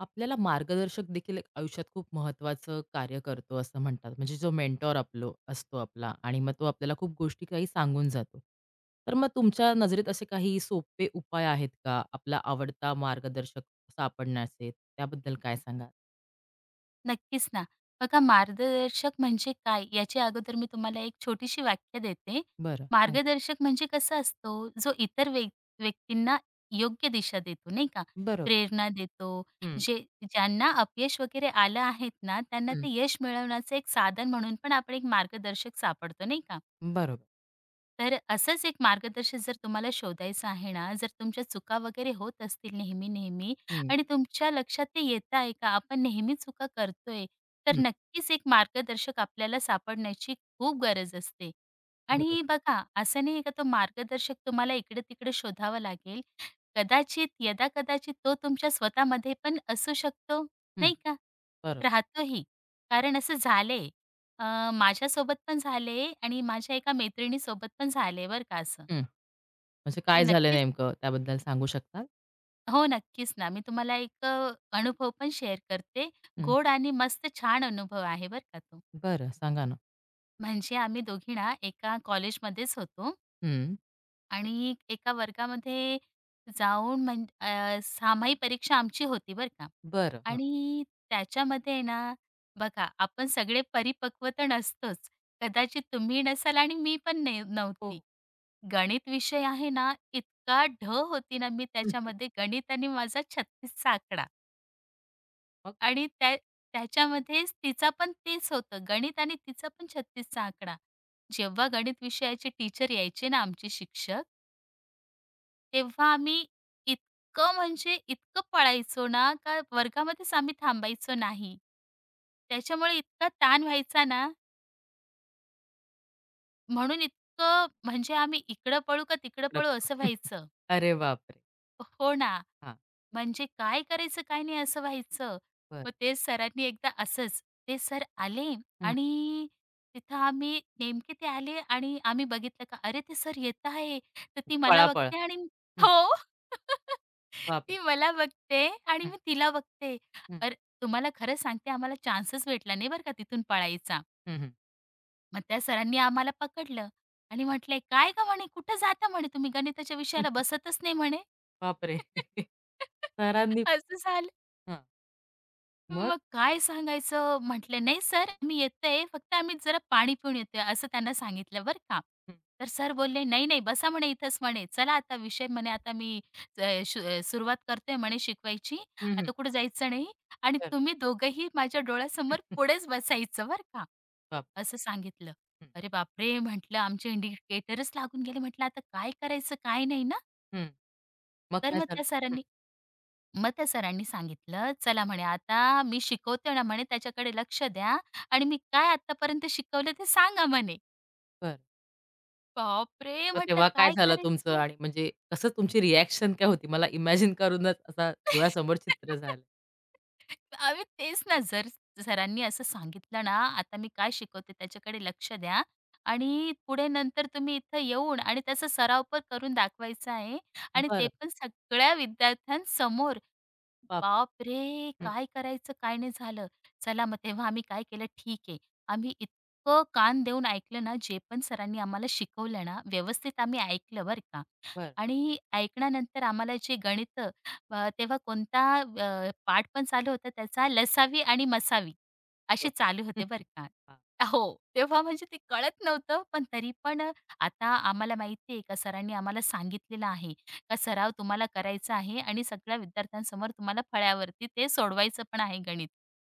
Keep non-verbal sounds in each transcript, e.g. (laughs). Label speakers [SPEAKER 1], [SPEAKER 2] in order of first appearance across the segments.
[SPEAKER 1] आपल्याला मार्गदर्शक देखील एक आयुष्यात खूप महत्त्वाचं कार्य करतो असं म्हणतात. म्हणजे जो मेंटॉर आपलो असतो आपला आणि मग तो आपल्याला खूप गोष्टी काही सांगून जातो. तर मग तुमच्या नजरेत असे काही सोपे उपाय आहेत का आपला आवडता मार्गदर्शक सापडण्याचे? त्याबद्दल काय सांगाल?
[SPEAKER 2] नक्कीच ना. बघा मार्गदर्शक म्हणजे काय याची अगोदर मी तुम्हाला एक छोटीशी व्याख्या देते.
[SPEAKER 1] बरं, सांगा.
[SPEAKER 2] मार्गदर्शक म्हणजे कसा असतो, जो इतर व्यक्तींना योग्य दिशा देतो नाही का,
[SPEAKER 1] बरोबर.
[SPEAKER 2] प्रेरणा देतो.
[SPEAKER 1] हं,
[SPEAKER 2] जे ज्यांना अपयश वगैरे आलं आहेत ना, त्यांना
[SPEAKER 1] हं.
[SPEAKER 2] ते यश मिळवण्याचं एक साधन म्हणून पण आपण एक मार्गदर्शक सापडतो नाही का.
[SPEAKER 1] बरोबर.
[SPEAKER 2] तर असंच एक मार्गदर्शक जर तुम्हाला शोधायचं आहे ना, जर तुमच्या चुका वगैरे होत असतील नेहमी-नेहमी
[SPEAKER 1] हं,
[SPEAKER 2] आणि तुमच्या लक्षात ते येत आहे का, आपण नेहमी चुका करतोय, तर
[SPEAKER 1] हं.
[SPEAKER 2] नक्कीच एक मार्गदर्शक आपल्याला सापडण्याची खूप गरज असते. आणि
[SPEAKER 1] बरोबर.
[SPEAKER 2] बघा, असं नाही का तो मार्गदर्शक तुम्हाला इकडे-तिकडे शोधावा लागेल. कदाचित, यदाकदाचित तो तुमच्या स्वतःमध्ये पण असू शकतो,
[SPEAKER 1] हं,
[SPEAKER 2] नाही का?
[SPEAKER 1] बरोबर.
[SPEAKER 2] राहतोही. कारण असं झालंय. माझ्यासोबत पण झाले आणि माझ्या एका मैत्रिणीसोबत पण झाले बरं का असं.
[SPEAKER 1] हं. म्हणजे
[SPEAKER 2] मी
[SPEAKER 1] काय झालं
[SPEAKER 2] नक्कीच
[SPEAKER 1] नेमकं त्याबद्दल सांगू शकता?
[SPEAKER 2] हो, नक्कीच ना. मी तुम्हाला एक अनुभव पण शेअर करते. गोड आणि मस्त छान अनुभव आहे बरं का तो.
[SPEAKER 1] बरं सांगा ना.
[SPEAKER 2] म्हणजे आम्ही दोघी ना एका कॉलेजमध्येच होतो
[SPEAKER 1] हं.
[SPEAKER 2] आणि एका वर्गामध्ये सामाई परीक्षा आमची होती बरं का.
[SPEAKER 1] बरं.
[SPEAKER 2] आणि त्याच्यामध्ये ना बघा आपण सगळे परिपक्व तर नसतोच. कदाचित तुम्ही नसाल आणि मी पण
[SPEAKER 1] हो.
[SPEAKER 2] नव्हती. गणित विषय आहे ना, इतका ढ होती ना मी
[SPEAKER 1] (laughs) मग?
[SPEAKER 2] त्याच्यामध्ये. गणित आणि माझा 36 चा आकडा आणि त्याच्यामध्येच तिचा पण तेच होतं. गणित आणि तिचा पण 36 आकडा. जेव्हा गणित विषयाचे टीचर यायचे ना आमचे शिक्षक, तेव्हा आम्ही इतकं म्हणजे इतकं पळायचो ना, का वर्गामध्येच आम्ही थांबायचो नाही. त्याच्यामुळे इतका ताण व्हायचा ना, म्हणून इतकं म्हणजे आम्ही इकडं पळू का तिकडं
[SPEAKER 1] रप
[SPEAKER 2] पळू असं
[SPEAKER 1] (laughs)
[SPEAKER 2] व्हायचं.
[SPEAKER 1] अरे बापरे!
[SPEAKER 2] हो ना.
[SPEAKER 1] हां,
[SPEAKER 2] म्हणजे काय करायचं, काय नाही असं व्हायचं.
[SPEAKER 1] बरं.
[SPEAKER 2] मग ते सरांनी एकदा असंच ते सर आले
[SPEAKER 1] हं.
[SPEAKER 2] आणि तिथं आम्ही नेमके ते आले आणि आम्ही बघितलं का "अरे, ते सर येत आहे." तर ती मला
[SPEAKER 1] पळापळ.
[SPEAKER 2] बघते आणि
[SPEAKER 1] हं.
[SPEAKER 2] हो. (laughs)
[SPEAKER 1] बापरे!
[SPEAKER 2] ती मला बघते आणि
[SPEAKER 1] हं,
[SPEAKER 2] मी तिला बघते.
[SPEAKER 1] हं,
[SPEAKER 2] अरे, तुम्हाला खरं सांगते आम्हाला चान्सच भेटला नाही बरं का तिथून पळायचा.
[SPEAKER 1] हं, हं.
[SPEAKER 2] मग त्या सरांनी आम्हाला पकडलं आणि म्हटले, "काय गं?" म्हणे, "कुठं जाता?" म्हणे, "तुम्ही गणिताच्या विषयाला
[SPEAKER 1] (laughs)
[SPEAKER 2] बसतच नाही." म्हणे.
[SPEAKER 1] बापरे! (laughs)
[SPEAKER 2] (laughs)
[SPEAKER 1] सरांनी
[SPEAKER 2] असं झालं.
[SPEAKER 1] हां. मग?
[SPEAKER 2] मग काय सांगायचं? म्हटले, "नाही सर, मी येतोय. फक्त आम्ही जरा पाणी पिऊन येतोय," असं त्यांना सांगितलं बरं का.
[SPEAKER 1] हं,
[SPEAKER 2] तर सर बोलले, "नाही, नाही, बसा म्हणे इथंच म्हणे. चला आता विषय म्हणे आता मी सुरुवात करतोय म्हणे शिकवायची.
[SPEAKER 1] हं, हं.
[SPEAKER 2] आता कुठे जायचं नाही आणि
[SPEAKER 1] बरं.
[SPEAKER 2] तुम्ही दोघंही माझ्या डोळ्यासमोर पुढेच बसायचं बरं का,"
[SPEAKER 1] बापरे!
[SPEAKER 2] असं सांगितलं.
[SPEAKER 1] हं,
[SPEAKER 2] अरे बापरे! म्हटलं आमचे इंडिकेटरच लागून गेले. म्हटलं आता काय करायचं, काय नाही ना.
[SPEAKER 1] हं. (laughs) मग
[SPEAKER 2] तर
[SPEAKER 1] काय
[SPEAKER 2] मग
[SPEAKER 1] झालं?
[SPEAKER 2] त्या
[SPEAKER 1] हं,
[SPEAKER 2] सरांनी मग त्या सरांनी सांगितलं, "चला" म्हणे, "आता मी शिकवते ना" म्हणे, "त्याच्याकडे लक्ष द्या आणि मी काय आत्तापर्यंत शिकवलं ते सांगा" म्हणे.
[SPEAKER 1] बरं.
[SPEAKER 2] बापरे!
[SPEAKER 1] मग
[SPEAKER 2] म्हटलं
[SPEAKER 1] तेव्हा काय
[SPEAKER 2] काय
[SPEAKER 1] झालं तुमचं
[SPEAKER 2] करायचं?
[SPEAKER 1] आणि म्हणजे कसं तुमची रिएक्शन काय होती? मला इमॅजिन करूनच असा डोळ्यासमोर चित्र झालं.
[SPEAKER 2] (laughs) आम्ही तेच ना, जर सरांनी असं सांगितलं ना, "आता मी काय शिकवते त्याच्याकडे लक्ष द्या आणि पुढे नंतर तुम्ही इथं येऊन आणि त्याचा सराव पण करून दाखवायचा आहे आणि ते
[SPEAKER 1] बरं.
[SPEAKER 2] पण सगळ्या विद्यार्थ्यांसमोर."
[SPEAKER 1] बापरे!
[SPEAKER 2] बापरे!
[SPEAKER 1] हं,
[SPEAKER 2] काय करायचं, काय नाही झालं. चला मग तेव्हा आम्ही काय केलं, ठीक आहे. आम्ही इतकं कान देऊन ऐकलं ना, जे पण सरांनी आम्हाला शिकवलं ना, व्यवस्थित आम्ही ऐकलं बरं का.
[SPEAKER 1] बरं.
[SPEAKER 2] आणि ऐकण्यानंतर आम्हाला जे गणितं तेव्हा कोणता पाठ पण चालू होता त्याचा लसावी आणि मसावी असे
[SPEAKER 1] बापरे!
[SPEAKER 2] चालू होते
[SPEAKER 1] (laughs)
[SPEAKER 2] बरं का.
[SPEAKER 1] हां,
[SPEAKER 2] हो, तेव्हा म्हणजे ते कळत नव्हतं पण तरी पण आता आम्हाला माहिती आहे का सरांनी आम्हाला सांगितलेलं आहे का सराव तुम्हाला करायचा आहे आणि सगळ्या विद्यार्थ्यांसमोर तुम्हाला फळ्यावरती ते सोडवायचं पण आहे गणित.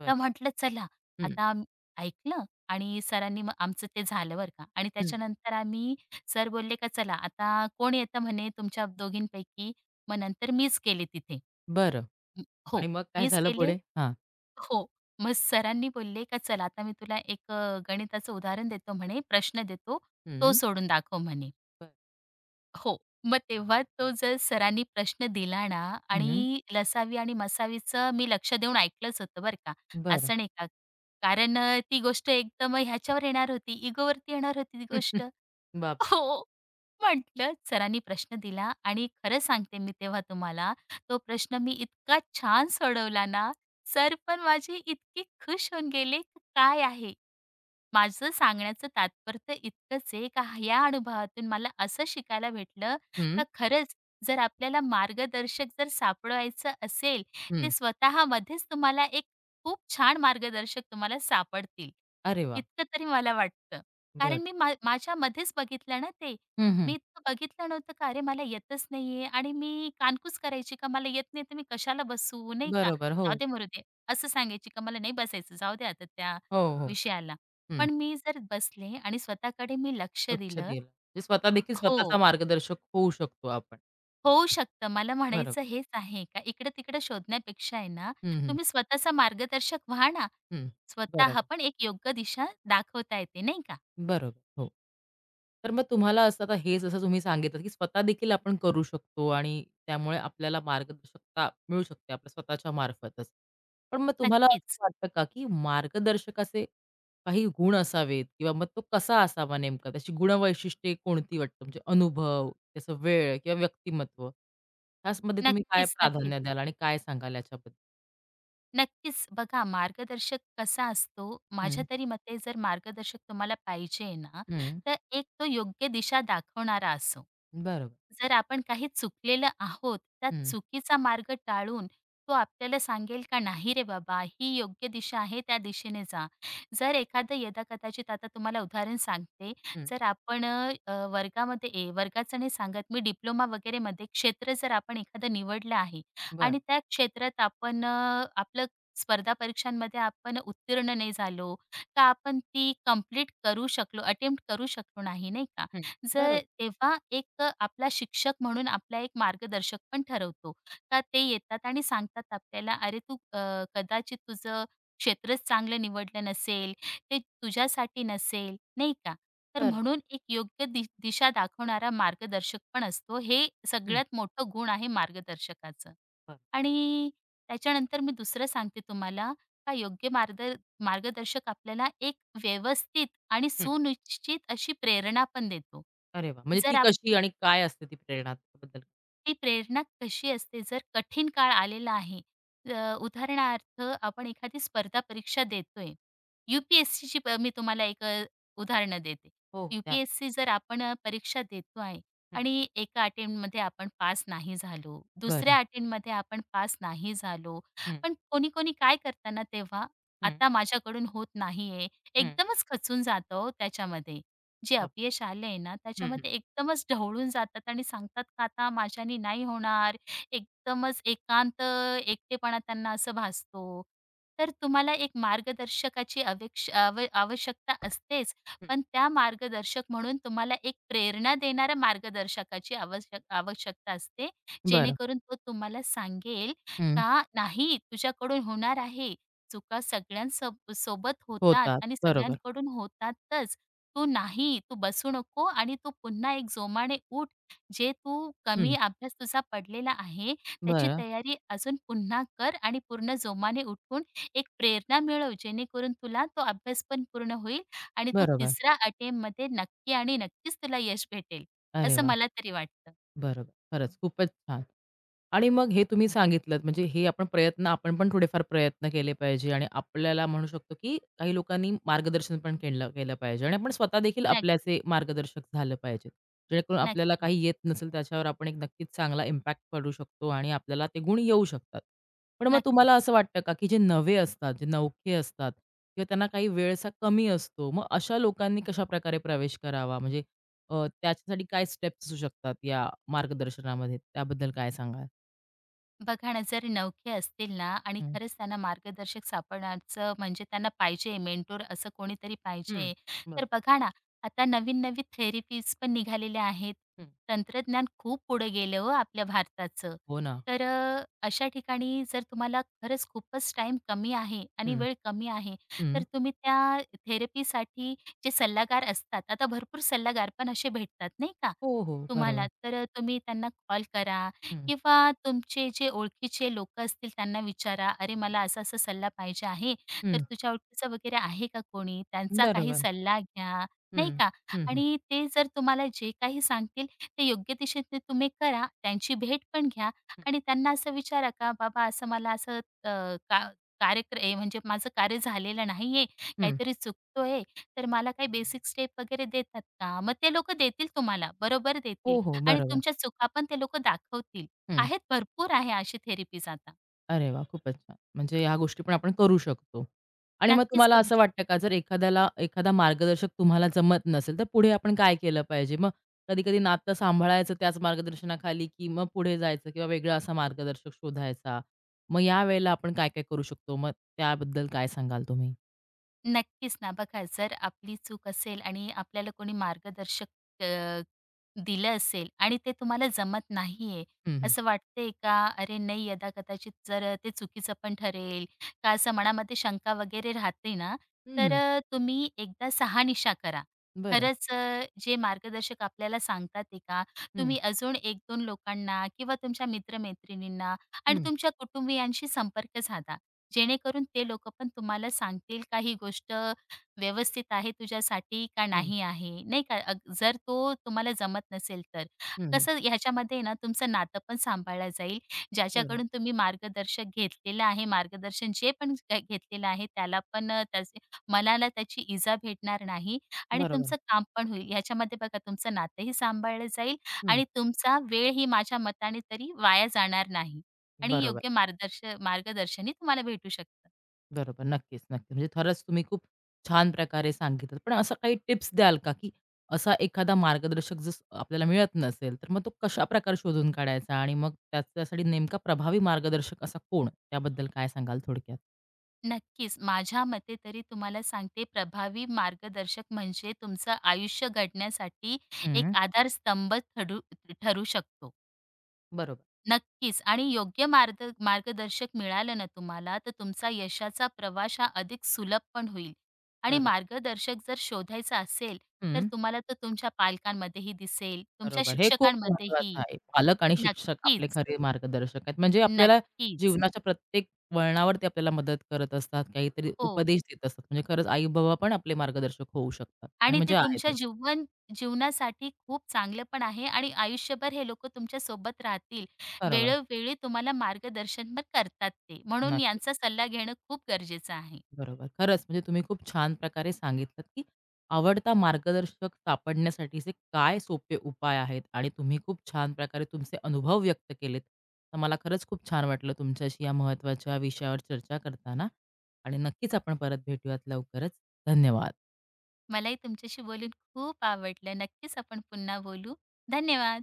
[SPEAKER 1] बरं.
[SPEAKER 2] तर म्हटलं चला
[SPEAKER 1] हं,
[SPEAKER 2] आता ऐकलं आणि सरांनी मग आमचं ते झालं बरं का आणि
[SPEAKER 1] हं.
[SPEAKER 2] त्याच्यानंतर आम्ही सर बोलले का "चला आता कोण येतं?" म्हणे "तुमच्या दोघींपैकी." मग नंतर मीच गेले तिथे.
[SPEAKER 1] बरं
[SPEAKER 2] हं, हो,
[SPEAKER 1] आणि मग काय
[SPEAKER 2] मीच
[SPEAKER 1] झालं
[SPEAKER 2] गेले
[SPEAKER 1] पुढे? हां.
[SPEAKER 2] हो. मग सरांनी बोलले का "चल आता मी तुला एक गणिताचं उदाहरण देतो" म्हणे, "प्रश्न देतो, तो
[SPEAKER 1] हं,
[SPEAKER 2] सोडून दाखव" म्हणे.
[SPEAKER 1] बरं.
[SPEAKER 2] हो. मग तेव्हा तो जर सरांनी प्रश्न दिला ना आणि लसावी आणि मसावीचं मी लक्ष देऊन ऐकलंच होतं बरं का.
[SPEAKER 1] बरं.
[SPEAKER 2] असं नाही का कारण ती गोष्ट एकदम ह्याच्यावर येणार होती, इगोवरती येणार होती ती गोष्ट.
[SPEAKER 1] (laughs) बाप
[SPEAKER 2] हो. म्हटलं सरांनी प्रश्न दिला आणि खरं सांगते मी तेव्हा तुम्हाला, तो प्रश्न मी इतका छान सोडवला ना, सर पण माझे इतके खुश होऊन गेले, काय आहे माझं सांगण्याचं तात्पर्य इतकंच आहे का या अनुभवातून मला असं शिकायला भेटलं
[SPEAKER 1] हं,
[SPEAKER 2] का खरंच जर आपल्याला मार्गदर्शक जर सापडवायचं असेल, ते
[SPEAKER 1] हं.
[SPEAKER 2] स्वतःमध्येच तुम्हाला एक खूप छान मार्गदर्शक तुम्हाला सापडतील.
[SPEAKER 1] अरे वाह!
[SPEAKER 2] इतकं तरी मला वाटतं.
[SPEAKER 1] बरं.
[SPEAKER 2] कारण मी माझ्यामध्येच बघितलं ना ते.
[SPEAKER 1] हं,
[SPEAKER 2] मी
[SPEAKER 1] हं.
[SPEAKER 2] इतकं बघितलं नव्हतं का अरे मला येतच नाहीये आणि मी कानकूस करायची का मला येत नाही तर मी कशाला बसू नाही का?
[SPEAKER 1] बरोबर.
[SPEAKER 2] जाऊ
[SPEAKER 1] हो.
[SPEAKER 2] दे मरू दे. असं सांगायची का मला नाही बसायचं जाऊ दे आता त्या
[SPEAKER 1] हो, हो.
[SPEAKER 2] विषयाला.
[SPEAKER 1] हं.
[SPEAKER 2] पण मी जर बसले आणि स्वतःकडे मी लक्ष
[SPEAKER 1] लक्ष
[SPEAKER 2] दिलं
[SPEAKER 1] दिलं. म्हणजे स्वतःदेखील स्वतःचा
[SPEAKER 2] हो,
[SPEAKER 1] मार्गदर्शक होऊ शकतो आपण.
[SPEAKER 2] होऊ शकतं. मला
[SPEAKER 1] बरोबर.
[SPEAKER 2] म्हणायचं हेच आहे का इकडं-तिकडं शोधण्यापेक्षा आहे ना,
[SPEAKER 1] हं, हं.
[SPEAKER 2] तुम्ही स्वतःचा मार्गदर्शक व्हा ना.
[SPEAKER 1] हं.
[SPEAKER 2] स्वतः
[SPEAKER 1] बरोबर.
[SPEAKER 2] पण एक योग्य दिशा दाखवता येते नाही का?
[SPEAKER 1] बरोबर, हो. तर मग तुम्हाला असं आता हे जसं तुम्ही सांगितलं, की स्वतः देखील आपण करू शकतो आणि त्यामुळे आपल्याला मार्गदर्शकता मिळू शकते आपल्या स्वतःच्या मार्फतच. पण मग तुम्हाला
[SPEAKER 2] नक्कीच,
[SPEAKER 1] असं वाटतं का, की मार्गदर्शकाचे काही गुण असावेत किंवा मग तो कसा असावा नेमका? त्याची गुणवैशिष्ट्ये कोणती वाटतात? म्हणजे अनुभव, त्याचा वेळ किंवा व्यक्तिमत्व ह्याचमध्ये तुम्ही काय
[SPEAKER 2] नक्कीच, नक्कीच.
[SPEAKER 1] प्राधान्य द्याल आणि काय सांगाल याच्याबद्दल?
[SPEAKER 2] नक्कीच. बघा मार्गदर्शक कसा असतो,
[SPEAKER 1] हं,
[SPEAKER 2] माझ्या तरी मते जर मार्गदर्शक तुम्हाला पाहिजे ना,
[SPEAKER 1] हं.
[SPEAKER 2] तर एक तो योग्य दिशा दाखवणारा असो.
[SPEAKER 1] बरोबर.
[SPEAKER 2] जर आपण काही चुकलेलं आहोत, त्या
[SPEAKER 1] हं,
[SPEAKER 2] चुकीचा मार्ग टाळून तो आपल्याला सांगेल का, "नाही रे बाबा, ही योग्य दिशा आहे, त्या दिशेने जा." जर एखादं यदाकदाचित आता तुम्हाला उदाहरण सांगते,
[SPEAKER 1] हं.
[SPEAKER 2] जर आपण वर्गामध्ये ए वर्गाचं नाही सांगत मी, डिप्लोमा वगैरेमध्ये क्षेत्र जर आपण एखादं निवडलं आहे
[SPEAKER 1] बरं.
[SPEAKER 2] आणि त्या क्षेत्रात आपण आपलं स्पर्धा परीक्षांमध्ये आपण उत्तीर्ण नाही झालो, का आपण ती कंप्लीट करू शकलो, अटेम्प्ट करू शकलो नाही, नाही का?
[SPEAKER 1] हं.
[SPEAKER 2] जर
[SPEAKER 1] बरोबर,
[SPEAKER 2] तेव्हा एक आपला शिक्षक म्हणून आपला एक मार्गदर्शक पण ठरवतो. का ते येतात आणि सांगतात आपल्याला, "अरे, तू कदाचित तुझं क्षेत्रच चांगलं निवडलं नसेल, ते तुझ्यासाठी नसेल." नाही का? तर
[SPEAKER 1] बरोबर.
[SPEAKER 2] म्हणून एक योग्य दिशा दाखवणारा मार्गदर्शक पण असतो. हे
[SPEAKER 1] हं,
[SPEAKER 2] सगळ्यात मोठं गुण आहे मार्गदर्शकाचं.
[SPEAKER 1] बरं.
[SPEAKER 2] आणि त्याच्यानंतर मी दुसरं सांगते तुम्हाला का योग्य मार्गदर्शक आपल्याला एक व्यवस्थित आणि सुनिश्चित अशी प्रेरणा पण देतो.
[SPEAKER 1] अरे वाह! म्हणजे ती
[SPEAKER 2] जर आप
[SPEAKER 1] कशी आणि काय असते ती प्रेरणा त्याबद्दल?
[SPEAKER 2] ती प्रेरणा कशी असते जर कठीण काळ आलेला आहे? उदाहरणार्थ आपण एखादी स्पर्धा परीक्षा देतोय. UPSCची मी तुम्हाला एक उदाहरणं देते.
[SPEAKER 1] हो, हो,
[SPEAKER 2] यू
[SPEAKER 1] द्या ना.
[SPEAKER 2] जर आपण परीक्षा देतो आहे
[SPEAKER 1] हं.
[SPEAKER 2] आणि एका अटेम्प्टमध्ये आपण पास नाही झालो,
[SPEAKER 1] बरं.
[SPEAKER 2] दुसऱ्या अटेम्प्टमध्ये आपण पास नाही झालो.
[SPEAKER 1] हं,
[SPEAKER 2] पण कोणी-कोणी काय करतात तेव्हा,
[SPEAKER 1] हं,
[SPEAKER 2] आता माझ्याकडून होत नाहीये,
[SPEAKER 1] हं.
[SPEAKER 2] एकदमच खचून जातं हो त्याच्यामध्ये. जे
[SPEAKER 1] बाप
[SPEAKER 2] अपयश आलंय ना,
[SPEAKER 1] हं, हं,
[SPEAKER 2] त्याच्यामध्ये एकदमच ढवळून जातात आणि सांगतात का आता माझ्याने नाही होणार. एकदमच एकांत एकटेपणा त्यांना असं भासतो. तर तुम्हाला एक मार्गदर्शकाची अवेक्ष आव आवश्यकता असतेच.
[SPEAKER 1] हं.
[SPEAKER 2] पण त्या मार्गदर्शक म्हणून तुम्हाला एक प्रेरणा देणाऱ्या मार्गदर्शकाची आवश्यकता असते.
[SPEAKER 1] बरं.
[SPEAKER 2] जेणेकरून तो तुम्हाला सांगेल
[SPEAKER 1] हं.
[SPEAKER 2] का नाही तुझ्याकडून होणार आहे. चुका सोबत होतात
[SPEAKER 1] होतात.
[SPEAKER 2] आणि
[SPEAKER 1] बरोबर.
[SPEAKER 2] सगळ्यांकडून होतातच. तू नाही, तू बसू नको आणि तू पुन्हा एक जोमाने उठ. जे तू
[SPEAKER 1] हं.
[SPEAKER 2] कमी अभ्यास तुझा पडलेला आहे, त्याची
[SPEAKER 1] बरं.
[SPEAKER 2] तयारी अजून पुन्हा कर आणि पूर्ण जोमाने उठून एक प्रेरणा मिळव, जेणेकरून तुला तो अभ्यास पण पूर्ण होईल आणि तो
[SPEAKER 1] बरोबर.
[SPEAKER 2] तिसरा अटेम्प्टमध्ये नक्की आणि नक्कीच तुला यश भेटेल,
[SPEAKER 1] अरे
[SPEAKER 2] असं
[SPEAKER 1] वाह!
[SPEAKER 2] मला तरी वाटतं.
[SPEAKER 1] बरोबर. खरंच खूपच छान. आणि मग हे तुम्ही सांगितलंत म्हणजे हे आपण प्रयत्न आपण पण थोडेफार प्रयत्न केले पाहिजे आणि आपल्याला म्हणू शकतो, की काही लोकांनी मार्गदर्शन पण केलं केलं पाहिजे आणि आपण स्वतः देखील
[SPEAKER 2] नक्कीच,
[SPEAKER 1] आपल्याचे मार्गदर्शक झालं पाहिजे. जेणेकरून आपल्याला काही
[SPEAKER 2] नक्कीच,
[SPEAKER 1] येत नसेल त्याच्यावर आपण एक नक्कीच चांगला इम्पॅक्ट पडू शकतो आणि आपल्याला ते गुण येऊ शकतात. पण मग तुम्हाला
[SPEAKER 2] नक्कीच.
[SPEAKER 1] असं वाटतं का, की जे नवे असतात, जे नवखे असतात किंवा त्यांना काही वेळ कमी असतो, मग अशा लोकांनी कशाप्रकारे प्रवेश करावा? म्हणजे त्याच्यासाठी काय स्टेप्स असू शकतात या मार्गदर्शनामध्ये? त्याबद्दल काय सांगाल?
[SPEAKER 2] बघा ना, जर नवखे असतील ना आणि
[SPEAKER 1] हं.
[SPEAKER 2] खरंच त्यांना मार्गदर्शक सापडण्याचं म्हणजे त्यांना पाहिजे मेंटोर असं कोणीतरी
[SPEAKER 1] हं.
[SPEAKER 2] पाहिजे. तर
[SPEAKER 1] बरोबर.
[SPEAKER 2] बघा ना, आता नवीन-नवीन थेरपीज पण निघालेल्या आहेत.
[SPEAKER 1] हं.
[SPEAKER 2] तंत्रज्ञान खूप पुढे गेलं हो आपल्या भारताचं.
[SPEAKER 1] हो ना.
[SPEAKER 2] तर अशा ठिकाणी जर तुम्हाला खरंच खूपच टाईम कमी आहे आणि
[SPEAKER 1] हं,
[SPEAKER 2] वेळ कमी आहे,
[SPEAKER 1] हं.
[SPEAKER 2] तर तुम्ही त्या थेरपीसाठी जे सल्लागार असतात, आता भरपूर सल्लागार पण असे भेटतात नाही का
[SPEAKER 1] हो, हो.
[SPEAKER 2] तुम्हाला,
[SPEAKER 1] बरोबर.
[SPEAKER 2] तर तुम्ही त्यांना कॉल करा
[SPEAKER 1] हं,
[SPEAKER 2] किंवा तुमचे जे ओळखीचे लोकं असतील त्यांना विचारा, "अरे, मला असा-असा सल्ला पाहिजे आहे, तर
[SPEAKER 1] हं.
[SPEAKER 2] तुझ्या ओळखीचा वगैरे आहे का कोणी?" त्यांचा काही
[SPEAKER 1] बरोबर.
[SPEAKER 2] सल्ला घ्या, नाही
[SPEAKER 1] हं,
[SPEAKER 2] का?
[SPEAKER 1] हं, हं.
[SPEAKER 2] आणि ते जर तुम्हाला जे काही सांगतील ते योग्य दिशेने तुम्ही करा. त्यांची भेट पण घ्या
[SPEAKER 1] हं.
[SPEAKER 2] आणि त्यांना असं विचारा का, "बाबा, असं मला असं अ, का कार्यक्र म्हणजे माझं कार्य झालेलं नाहीये, काहीतरी चुकतोय, तर मला काही बेसिक स्टेप वगैरे देतात का?" मग ते लोकं देतील तुम्हाला, बरोबर देतील
[SPEAKER 1] हो, हो.
[SPEAKER 2] आणि
[SPEAKER 1] बरोबर.
[SPEAKER 2] तुमच्या चुका पण ते लोकं दाखवतील.
[SPEAKER 1] हं.
[SPEAKER 2] आहेत, भरपूर आहे अशी थेरपीज आता.
[SPEAKER 1] अरे वाह! खूपच छान. म्हणजे ह्या गोष्टी पण आपण करू शकतो. आणि मग
[SPEAKER 2] नक्कीच
[SPEAKER 1] तुम्हाला
[SPEAKER 2] करू
[SPEAKER 1] असं वाटतं का जर एखाद्याला एखादा मार्गदर्शक तुम्हाला जमत नसेल, तर पुढे आपण काय केलं पाहिजे? मग कधी-कधी नातं सांभाळायचं त्याच मार्गदर्शनाखाली, की मग पुढे जायचं किंवा वेगळा असा मार्गदर्शक शोधायचा. मग यावेळेला आपण काय-काय करू शकतो? मग त्याबद्दल काय सांगाल तुम्ही?
[SPEAKER 2] नक्कीच ना. बघा जर आपली चूक असेल आणि आपल्याला कोणी मार्गदर्शक अ, दिलं असेल आणि ते तुम्हाला जमत नाहीये,
[SPEAKER 1] हं, हं.
[SPEAKER 2] असं वाटतंय का? अरे नाही यदा कदाचित जर ते चुकीचं पण ठरेल का असं मनामध्ये शंका वगैरे राहते ना,
[SPEAKER 1] हं,
[SPEAKER 2] तर
[SPEAKER 1] हं.
[SPEAKER 2] तुम्ही एकदा शहानिशा करा.
[SPEAKER 1] बरं.
[SPEAKER 2] खरंच जे मार्गदर्शक आपल्याला सांगतात आहे का,
[SPEAKER 1] हं,
[SPEAKER 2] तुम्ही अजून 1-2 लोकांना किंवा तुमच्या मित्र आणि
[SPEAKER 1] हं,
[SPEAKER 2] तुमच्या कुटुंबियांशी संपर्क साधा. जेणेकरून ते लोकं पण तुम्हाला सांगतील का ही गोष्ट व्यवस्थित आहे तुझ्यासाठी का
[SPEAKER 1] हं,
[SPEAKER 2] नाही आहे, नाही का? अग जर तो तुम्हाला जमत नसेल तर.
[SPEAKER 1] हं, हं.
[SPEAKER 2] कसं ह्याच्यामध्ये ना तुमचं नातं पण सांभाळलं जाईल.
[SPEAKER 1] बरं.
[SPEAKER 2] ज्याच्याकडून तुम्ही मार्गदर्शक घेतलेलं आहे, मार्गदर्शन जे पण घेतलेलं आहे त्याला पण त्याचे मनाला त्याची इजा भेटणार नाही आणि
[SPEAKER 1] बरोबर.
[SPEAKER 2] तुमचं काम पण होईल. ह्याच्यामध्ये बघा तुमचं नातंही सांभाळलं जाईल
[SPEAKER 1] हं,
[SPEAKER 2] आणि तुमचा वेळही माझ्या मताने तरी वाया जाणार नाही. आणि
[SPEAKER 1] बरोबर.
[SPEAKER 2] योग्य मार्गदर्शनही तुम्हाला भेटू शकतं.
[SPEAKER 1] बरोबर. नक्कीच, नक्कीच. म्हणजे खरंच तुम्ही खूप छान प्रकारे सांगितलं. पण असं काही टिप्स द्याल का, की असा एखादा मार्गदर्शक जर आपल्याला मिळत नसेल, तर मग तो कशाप्रकारे शोधून काढायचा आणि मग त्याच्यासाठी नेमका प्रभावी मार्गदर्शक असा कोण? त्याबद्दल काय सांगाल थोडक्यात?
[SPEAKER 2] नक्कीच, माझ्या मते तरी तुम्हाला सांगते प्रभावी मार्गदर्शक म्हणजे तुमचं आयुष्य घडण्यासाठी
[SPEAKER 1] हं.
[SPEAKER 2] एक आधारस्तंभ ठरू ठरू शकतो.
[SPEAKER 1] बरोबर,
[SPEAKER 2] नक्कीच आणि योग्य मार्गदर्शक मिळालं ना तुम्हाला, तर तुमचा यशाचा प्रवास हा अधिक सुलभ पण होईल. आणि
[SPEAKER 1] बरोबर.
[SPEAKER 2] मार्गदर्शक जर शोधायचा असेल, तर
[SPEAKER 1] हं.
[SPEAKER 2] तुम्हाला तो तुमच्या पालकांमध्येही दिसेल, तुमच्या
[SPEAKER 1] बरोबर. हे खूप महत्वाचं
[SPEAKER 2] शिक्षकांमध्येही.
[SPEAKER 1] आहे. पालक आणि शिक्षक आपले
[SPEAKER 2] नक्कीच,
[SPEAKER 1] खरे मार्गदर्शक आहेत. म्हणजे आपल्याला
[SPEAKER 2] नक्कीच.
[SPEAKER 1] जीवनाच्या प्रत्येक वळणावर ते आपल्याला मदत करत असतात, काहीतरी
[SPEAKER 2] हो.
[SPEAKER 1] उपदेश देत असतात. म्हणजे खरंच आई-बाबा पण आपले मार्गदर्शक होऊ शकतात आणि
[SPEAKER 2] आणि ते
[SPEAKER 1] म्हणजे
[SPEAKER 2] तुमच्या
[SPEAKER 1] आहेतच.
[SPEAKER 2] जीवनासाठी खूप चांगलं पण आहे आणि आयुष्यभर हे लोकं तुमच्या सोबत राहतील.
[SPEAKER 1] बरोबर.
[SPEAKER 2] वेळोवेळी तुम्हाला मार्गदर्शन पण करतात ते. म्हणून
[SPEAKER 1] नक्कीच.
[SPEAKER 2] यांचा सल्ला घेणं खूप गरजेचं आहे.
[SPEAKER 1] बरोबर. खरंच म्हणजे तुम्ही खूप छान प्रकारे सांगितलत, की आवडता मार्गदर्शक सापडण्यासाठीचे काय सोपे उपाय आहेत आणि तुम्ही खूप छान प्रकारे तुमचे अनुभव व्यक्त केलेत. तर मला खरंच खूप छान वाटलं तुमच्याशी या महत्त्वाच्या विषयावर चर्चा करताना आणि नक्कीच आपण परत भेटूयात लवकरच. धन्यवाद.
[SPEAKER 2] मलाही तुमच्याशी बोलून खूप आवडलं. नक्कीच आपण पुन्हा बोलू. धन्यवाद.